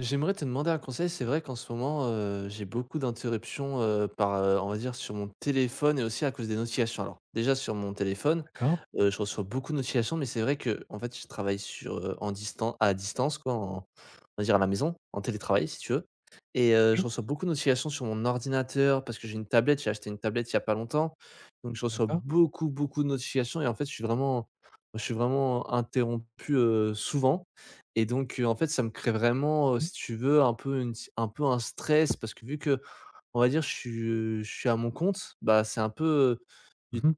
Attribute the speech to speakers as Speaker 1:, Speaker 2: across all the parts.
Speaker 1: J'aimerais te demander un conseil. C'est vrai qu'en ce moment, j'ai beaucoup d'interruptions, par, on va dire sur mon téléphone et aussi à cause des notifications. Alors déjà sur mon téléphone,
Speaker 2: D'accord,
Speaker 1: je reçois beaucoup de notifications, mais c'est vrai que en fait, je travaille sur, en distan à distance quoi, en on va dire à la maison, en télétravail si tu veux et je
Speaker 2: OK,
Speaker 1: reçois beaucoup de notifications sur mon ordinateur parce que j'ai une tablette. J'ai acheté une tablette il y a pas longtemps, donc je reçois
Speaker 2: d'accord,
Speaker 1: beaucoup, beaucoup de notifications et en fait, je suis vraiment interrompu, souvent et donc, en fait, ça me crée vraiment,
Speaker 2: oui.
Speaker 1: si tu veux, un peu une si, un peu un stress parce que vu que, on va dire je suis à mon compte, bah, c'est un peu,
Speaker 2: Mmh mh,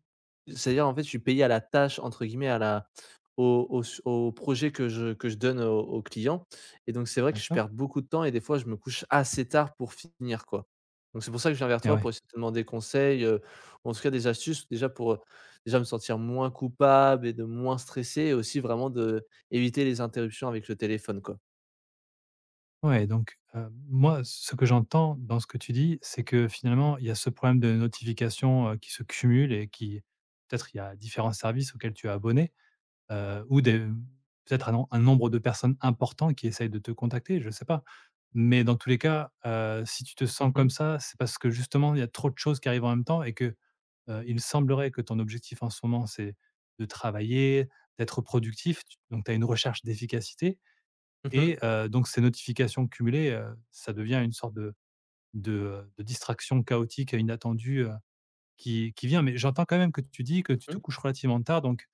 Speaker 1: c'est-à-dire, en fait, je suis payé à la tâche, entre guillemets, à la au au s au projet que je donne aux clients et donc c'est vrai que je
Speaker 2: d'accord
Speaker 1: perds beaucoup de temps et des fois, je me couche assez tard pour finir, quoi. Donc c'est pour ça que je viens vers
Speaker 2: et
Speaker 1: toi
Speaker 2: ouais.
Speaker 1: pour essayer de te demander conseil, ou en tout cas des astuces, déjà pour, déjà me sentir moins coupable et de moins stresser et aussi vraiment de éviter les interruptions avec le téléphone, quoi.
Speaker 2: Ouais, donc moi, ce que j'entends dans ce que tu dis, c'est que finalement, il y a ce problème de notification, qui se cumule et qui peut-être il y a différents services auxquels tu es abonné, ou des peut-être un nombre de personnes important qui essayent de te contacter, je sais pas. Mais dans tous les cas, si tu te
Speaker 1: Mmh
Speaker 2: sens comme
Speaker 1: mh.
Speaker 2: ça, c'est parce que justement, il y a trop de choses qui arrivent en même temps et que il me semblerait que ton objectif en ce moment, c'est de travailler, d'être productif, tu donc tu as une recherche d'efficacité
Speaker 1: Mmh.
Speaker 2: et donc ces notifications cumulées, ça devient une sorte de de, de distraction chaotique et inattendue, qui vient. Mais j'entends quand même que tu dis que tu te
Speaker 1: Mmh.
Speaker 2: couches relativement tard donc,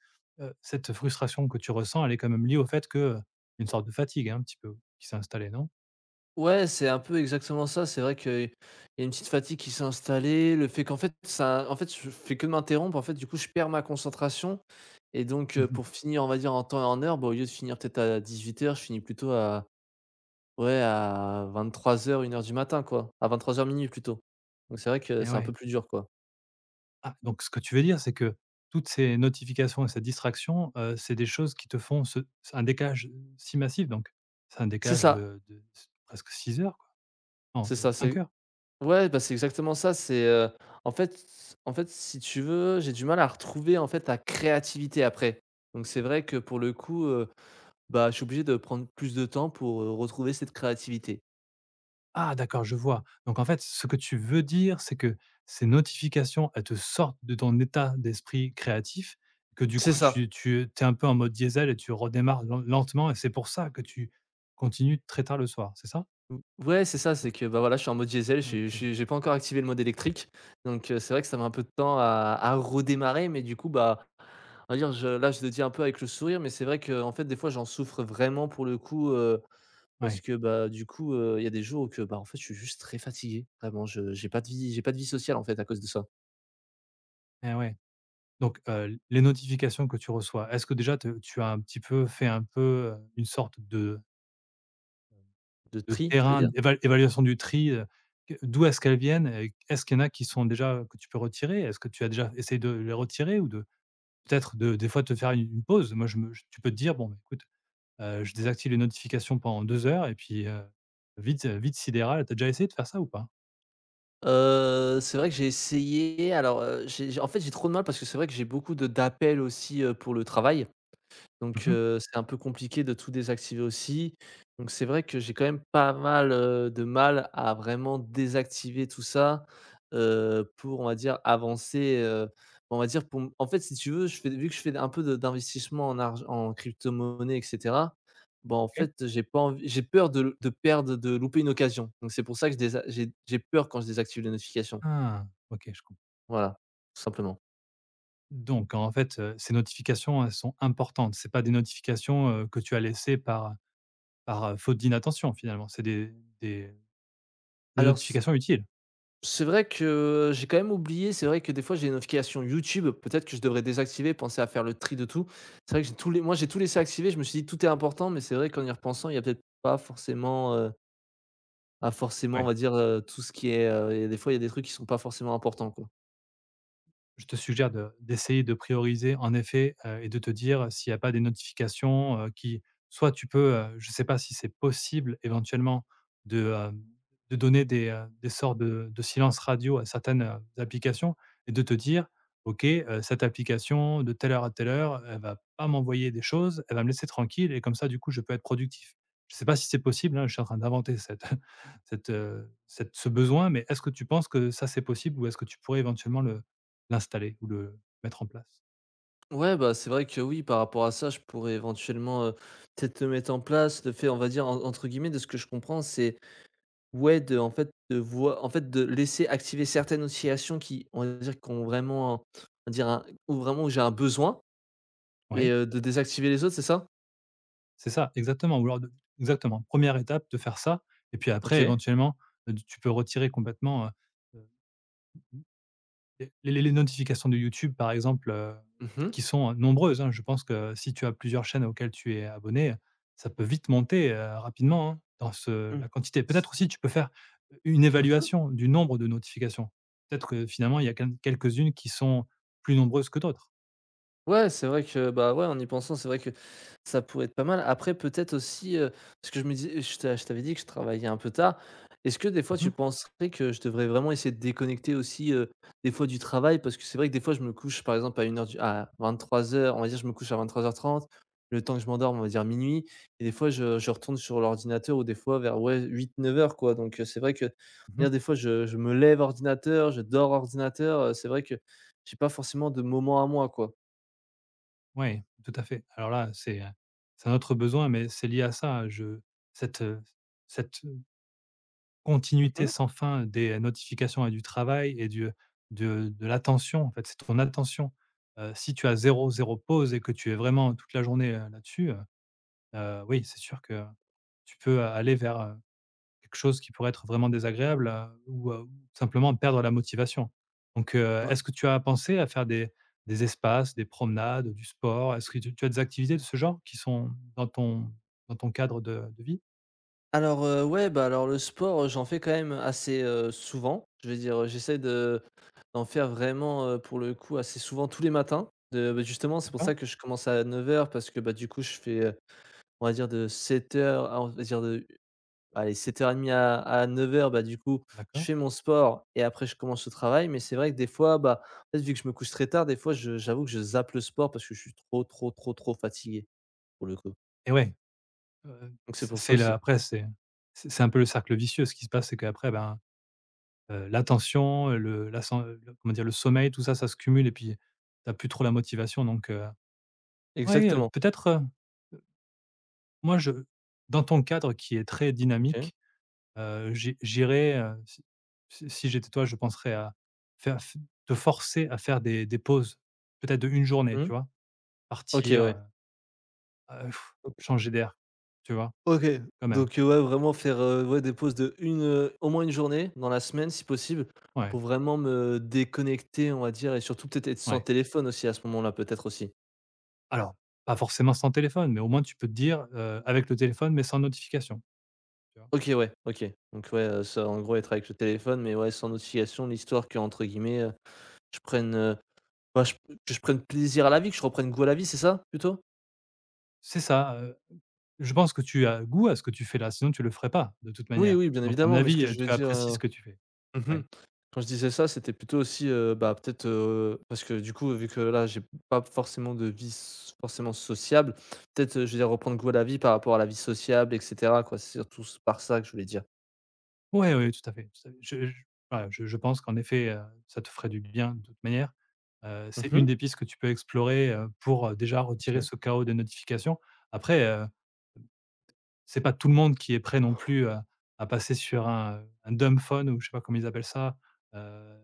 Speaker 2: cette frustration que tu ressens, elle est quand même liée au fait que, une sorte de fatigue, hein, un petit peu, qui s'est installée, non?
Speaker 1: Ouais, c'est un peu exactement ça. C'est vrai qu'il y a une petite fatigue qui s'est installée. Le fait qu'en fait, ça, en fait, je fais que m'interrompre. En fait, du coup, je perds ma concentration. Et donc,
Speaker 2: Mmh mh.
Speaker 1: pour finir, on va dire, en temps et en heure, bah, au lieu de finir peut-être à 18h, je finis plutôt à, ouais, à 23h, 1h du matin, quoi. À vingt-trois heures minuit plutôt. Donc, c'est vrai que
Speaker 2: Et
Speaker 1: c'est un
Speaker 2: ouais.
Speaker 1: peu plus dur, quoi.
Speaker 2: Ah, donc ce que tu veux dire, c'est que toutes ces notifications et ces distractions, c'est des choses qui te font ce un décalage si massif donc? C'est un
Speaker 1: C'est
Speaker 2: décalage
Speaker 1: ça.
Speaker 2: de s presque 6 heures, quoi? Non,
Speaker 1: C'est ça.
Speaker 2: 5
Speaker 1: C'est,
Speaker 2: heures?
Speaker 1: ouais, bah, c'est exactement ça. C'est, en fait, en fait, si tu veux, j'ai du mal à retrouver, en fait, ta créativité après. Donc, c'est vrai que pour le coup, bah, je suis obligé de prendre plus de temps pour, retrouver cette créativité.
Speaker 2: Ah d'accord, je vois. Donc en fait, ce que tu veux dire, c'est que ces notifications, elles te sortent de ton état d'esprit créatif, que du
Speaker 1: C'est
Speaker 2: coup
Speaker 1: ça.
Speaker 2: tu es un peu en mode diesel et tu redémarres lentement et c'est pour ça que tu continues très tard le soir, c'est ça?
Speaker 1: Ou ouais, c'est ça, c'est que, bah, voilà, je suis en mode diesel, je
Speaker 2: OK.
Speaker 1: suis j'ai pas encore activé le mode électrique, donc c'est vrai que ça met un peu de temps à redémarrer, mais du coup, bah, on va dire, je là, je le dis un peu avec le sourire, mais c'est vrai que en fait, des fois, j'en souffre vraiment pour le coup, parce
Speaker 2: Ouais.
Speaker 1: que, bah, du coup, il y a des jours où que, bah, en fait, je suis juste très fatigué, vraiment, je j'ai pas de vie j'ai pas de vie sociale, en fait, à cause de ça.
Speaker 2: Et ouais. Donc, les notifications que tu reçois, est-ce que déjà te tu as un petit peu fait un peu, une sorte de
Speaker 1: De tri, tu veux
Speaker 2: terrain
Speaker 1: dire?
Speaker 2: d'éva évaluation du tri, que d'où est-ce qu'elles viennent et est-ce qu'il y en a qui sont déjà que tu peux retirer? Est-ce que tu as déjà essayé de les retirer ou de peut-être de des fois te faire une pause? Moi, je me j tu peux te dire: «Bon, bah, écoute, je désactive les notifications pendant 2 heures et puis, vite, vite sidéral». T'as déjà essayé de faire ça ou pas?
Speaker 1: C'est vrai que j'ai essayé alors, j'ai en fait, j'ai trop de mal parce que c'est vrai que j'ai beaucoup de d'appels aussi, pour le travail. Donc
Speaker 2: Mmh
Speaker 1: c'est un peu compliqué de tout désactiver aussi. Donc c'est vrai que j'ai quand même pas mal, de mal à vraiment désactiver tout ça, pour on va dire avancer, on va dire pour m en fait si tu veux je fais vu que je fais un peu de d'investissement en crypto-monnaie et cetera, bah, en
Speaker 2: OK.
Speaker 1: fait j'ai pas envie j'ai peur de perdre, de louper une occasion. Donc c'est pour ça que je désa j'ai peur quand je désactive les notifications.
Speaker 2: Ah, OK, je comprends.
Speaker 1: Voilà, tout simplement.
Speaker 2: Donc en fait, ces notifications, elles sont importantes. C'est pas des notifications, que tu as laissées par faute d'inattention finalement. C'est des des
Speaker 1: Alors,
Speaker 2: notifications utiles.
Speaker 1: c'est vrai que j'ai quand même oublié, c'est vrai que des fois j'ai une notification YouTube, peut-être que je devrais désactiver, penser à faire le tri de tout. C'est vrai que j'ai tous les moi j'ai tout laissé activer, je me suis dit: «Tout est important», mais c'est vrai qu'en y repensant, il y a peut-être pas forcément, à forcément, on
Speaker 2: Ouais.
Speaker 1: va dire, tout ce qui est, il des fois, il y a des trucs qui sont pas forcément importants, quoi.
Speaker 2: Je te suggère de d'essayer de prioriser en effet, et de te dire s'il n'y a pas des notifications, qui soit tu peux, je ne sais pas si c'est possible éventuellement de, de donner des sortes de silence radio à certaines, applications et de te dire: «OK, cette application de telle heure à telle heure, elle va pas m'envoyer des choses, elle va me laisser tranquille et comme ça du coup je peux être productif». Je ne sais pas si c'est possible, hein, je suis en train d'inventer cette cette, cette ce besoin, mais est-ce que tu penses que ça c'est possible ou est-ce que tu pourrais éventuellement le l'installer ou le mettre en place.
Speaker 1: Ouais, bah, c'est vrai que oui, par rapport à ça, je pourrais éventuellement, peut-être, mettre en place le fait, on va dire, en entre guillemets, de ce que je comprends, c'est ouais, de en fait, de voi en fait, de laisser activer certaines notifications qui, on va dire, qui ont vraiment un on va dire un où vraiment où j'ai un besoin et
Speaker 2: Oui,
Speaker 1: de désactiver les autres, c'est ça?
Speaker 2: c'est ça, exactement ou alors de exactement, première étape de faire ça et puis après
Speaker 1: OK.
Speaker 2: éventuellement, tu peux retirer complètement, heu les notifications de YouTube par exemple,
Speaker 1: Mmh mh.
Speaker 2: qui sont, nombreuses, hein. Je pense que si tu as plusieurs chaînes auxquelles tu es abonné, ça peut vite monter, rapidement, hein, dans ce
Speaker 1: Mmh.
Speaker 2: la quantité. Peut-être aussi tu peux faire, une évaluation du nombre de notifications. Peut-être que finalement il y a quelques-unes qui sont plus nombreuses que d'autres.
Speaker 1: Ouais, c'est vrai que, bah, ouais, en y pensant, c'est vrai que ça pourrait être pas mal. Après, peut-être aussi, parce que je me dis je t'avais dit que je travaillais un peu tard. Est-ce que des fois
Speaker 2: Mmh
Speaker 1: tu
Speaker 2: mh.
Speaker 1: penserais que je devrais vraiment essayer de déconnecter aussi, des fois du travail? Parce que c'est vrai que des fois je me couche par exemple à vingt-trois heures on va dire je me couche à 23h30 le temps que je m'endorme, on va dire minuit et des fois je retourne sur l'ordinateur ou des fois vers, ouais, 8-9h quoi. Donc, c'est vrai que, on va
Speaker 2: Mmh.
Speaker 1: dire des fois je me lève ordinateur, je dors ordinateur, c'est vrai que j'ai pas forcément de moment à moi, quoi.
Speaker 2: Ouais, tout à fait. Alors là, c'est un autre besoin, mais c'est lié à ça. Je cette, cette, continuité
Speaker 1: Mmh.
Speaker 2: sans fin des notifications et du travail et du, de l'attention, en fait, c'est ton attention. Si tu as zéro pause et que tu es vraiment toute la journée, là-dessus, oui, c'est sûr que tu peux aller vers, quelque chose qui pourrait être vraiment désagréable, simplement perdre la motivation. Donc,
Speaker 1: Ouais.
Speaker 2: est-ce que tu as pensé à faire des espaces, des promenades, du sport? Est-ce que tu as des activités de ce genre qui sont dans ton cadre de vie?
Speaker 1: Alors, ouais, bah, alors le sport, j'en fais quand même assez, souvent. Je veux dire, j'essaie de d'en faire vraiment, pour le coup, assez souvent tous les matins. De bah, justement, c'est pour
Speaker 2: D'accord,
Speaker 1: ça que je commence à 9h parce que, bah, du coup, je fais, on va dire de 7h à on va dire de allez, 7h30 à 9h bah, du coup, je
Speaker 2: d'accord
Speaker 1: fais mon sport et après je commence le travail. Mais c'est vrai que des fois, bah, en fait, vu que je me couche très tard, des fois, je j'avoue que je zappe le sport parce que je suis trop, trop, trop, trop fatigué, pour le coup.
Speaker 2: et ouais,
Speaker 1: Donc c'est pour ça
Speaker 2: c'est là
Speaker 1: aussi.
Speaker 2: après c'est un peu le cercle vicieux. Ce qui se passe, c'est qu'après, ben, l'attention, le la san le comment dire? Le sommeil, tout ça, ça se cumule et puis t'as plus trop la motivation donc, oui,
Speaker 1: Exactement.
Speaker 2: peut-être, moi je dans ton cadre qui est très
Speaker 1: OK.
Speaker 2: dynamique, j'irais, si j'étais toi, je penserais à faire f te forcer à faire des pauses, peut-être de une journée, tu
Speaker 1: Mmh.
Speaker 2: vois?
Speaker 1: OK,
Speaker 2: Partir,
Speaker 1: ouais.
Speaker 2: heu,
Speaker 1: OK.
Speaker 2: changer d'air, tu vois?
Speaker 1: OK,
Speaker 2: Quand même.
Speaker 1: donc ouais, vraiment faire, ouais, des pauses de une au moins une journée dans la semaine si possible,
Speaker 2: Ouais,
Speaker 1: pour vraiment me déconnecter, on va dire et surtout peut-être être sans
Speaker 2: ouais.
Speaker 1: téléphone aussi à ce moment-là, peut-être aussi?
Speaker 2: Alors, pas forcément sans téléphone, mais au moins tu peux te dire, avec le téléphone, mais sans notification, tu vois?
Speaker 1: OK, ouais, OK, donc ouais, ça, en gros, être avec le téléphone mais ouais, sans notification, l'histoire que entre guillemets, je prenne, bah, je que je prenne plaisir à la vie, que je reprenne goût à la vie, c'est ça, plutôt?
Speaker 2: C'est ça, je pense que tu as goût à ce que tu fais là, sinon tu le ferais pas de toute
Speaker 1: Oui,
Speaker 2: manière.
Speaker 1: oui, bien
Speaker 2: Donc à mon
Speaker 1: évidemment, mais ce
Speaker 2: avis,
Speaker 1: que je veux
Speaker 2: tu apprécies
Speaker 1: dire,
Speaker 2: ce que tu fais.
Speaker 1: mmh.
Speaker 2: Ouais.
Speaker 1: Quand je disais ça, c'était plutôt aussi, bah, peut-être, parce que du coup, vu que là, j'ai pas forcément de vie s forcément sociable, peut-être, je veux dire reprendre goût à la vie par rapport à la vie sociable et cetera quoi. C'est surtout s par ça que je voulais dire.
Speaker 2: Ouais, oui, tout à fait, tout à fait. Je voilà, je pense qu'en effet, ça te ferait du bien de toute manière. C'est une
Speaker 1: Mmh.
Speaker 2: des pistes que tu peux explorer, déjà retirer
Speaker 1: OK.
Speaker 2: ce chaos des notifications. Après, c'est pas tout le monde qui est prêt non plus à passer sur un dumb phone ou je sais pas comment ils appellent ça, heu,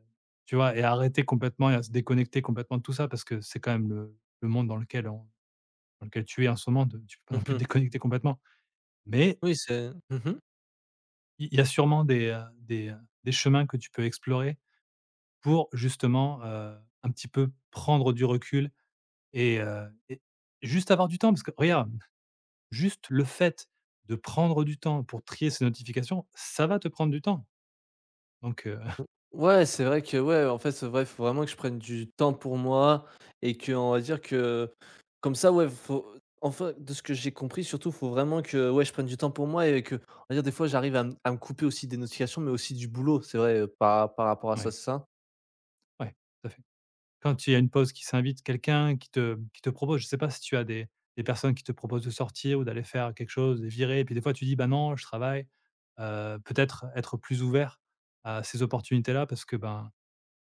Speaker 2: tu vois? Et à arrêter complètement et à se déconnecter complètement de tout ça parce que c'est quand même le monde dans lequel on dans lequel tu es en ce moment de tu peux pas non plus te
Speaker 1: Mmh.
Speaker 2: déconnecter complètement. Mais
Speaker 1: Oui, c'est mmh.
Speaker 2: il y a sûrement des, des chemins que tu peux explorer, pour justement, un petit peu prendre du recul et juste avoir du temps parce que regarde, juste le fait de prendre du temps pour trier ces notifications, ça va te prendre du temps. Donc
Speaker 1: Mmh. Ouais, c'est vrai que, ouais, en fait, c'est vrai, faut vraiment que je prenne du temps pour moi et que on va dire que comme ça, ouais, faut enfin, de ce que j'ai compris, surtout, faut vraiment que, ouais, je prenne du temps pour moi et que, on va dire, des fois, j'arrive à me couper aussi des notifications, mais aussi du boulot, c'est vrai, par rapport à ça,
Speaker 2: ouais,
Speaker 1: c'est ça?
Speaker 2: ouais, tout à fait. Quand il y a une pause qui s'invite, quelqu'un qui te propose, je ne sais pas si tu as des personnes qui te proposent de sortir ou d'aller faire quelque chose, de virer et puis des fois tu dis: «Bah non, je travaille». Peut-être être plus ouvert à ces opportunités-là parce que ben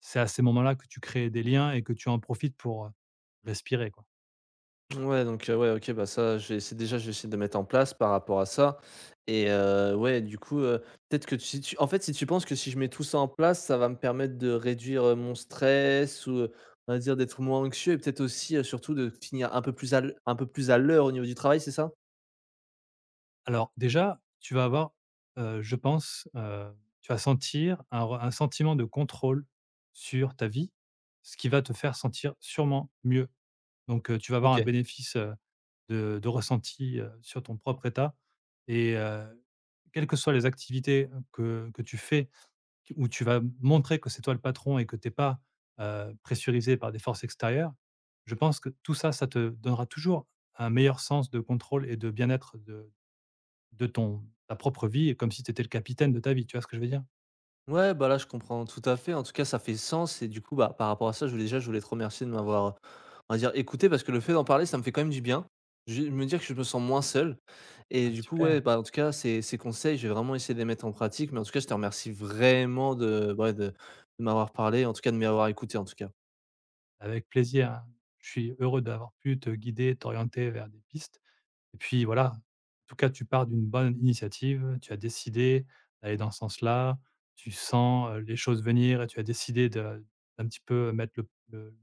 Speaker 2: c'est à ces moments-là que tu crées des liens et que tu en profites pour, respirer, quoi.
Speaker 1: Ouais, donc ouais, OK, bah, ça, je vais essayer déjà, je vais essayer de mettre en place par rapport à ça et ouais, du coup, peut-être que si tu en fait, si tu penses que si je mets tout ça en place, ça va me permettre de réduire, mon stress ou, on va dire d'être moins anxieux et peut-être aussi, surtout de finir un peu plus à l'heure au niveau du travail, c'est ça?
Speaker 2: Alors déjà, tu vas avoir, heu, je pense, heu, tu vas sentir un sentiment de contrôle sur ta vie, ce qui va te faire sentir sûrement mieux. Donc, tu vas avoir un
Speaker 1: OK.
Speaker 2: bénéfice, de ressenti, sur ton propre état et quelles que soient les activités que tu fais où tu vas montrer que c'est toi le patron et que tu es pas, pressurisé par des forces extérieures, je pense que tout ça, ça te donnera toujours un meilleur sens de contrôle et de bien-être de ton ta propre vie comme si tu étais le capitaine de ta vie, tu vois ce que je veux dire?
Speaker 1: Ouais, bah, là, je comprends tout à fait. En tout cas, ça fait sens et du coup, bah, par rapport à ça, je voulais te remercier de m'avoir, on va dire, écouté parce que le fait d'en parler, ça me fait quand même du bien. Je me dire que je me sens moins seul et
Speaker 2: Ah
Speaker 1: du coup,
Speaker 2: super,
Speaker 1: ouais, bah, en tout cas, ces conseils, j'ai vraiment essayé de les mettre en pratique mais en tout cas, je te remercie vraiment de ouais, de m'avoir parlé, en tout cas de m'avoir écouté, en tout cas.
Speaker 2: avec plaisir, hein. Je suis heureux d'avoir pu te guider, t'orienter vers des pistes. Et puis voilà, en tout cas, tu pars d'une bonne initiative, tu as décidé d'aller dans ce sens-là, tu sens, les choses venir et tu as décidé de d'un petit peu mettre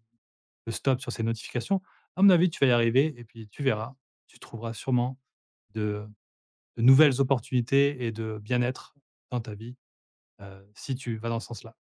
Speaker 2: le stop sur ces notifications. À mon avis, tu vas y arriver et puis tu verras, tu trouveras sûrement de de nouvelles opportunités et de bien-être dans ta vie, si tu vas dans ce sens-là.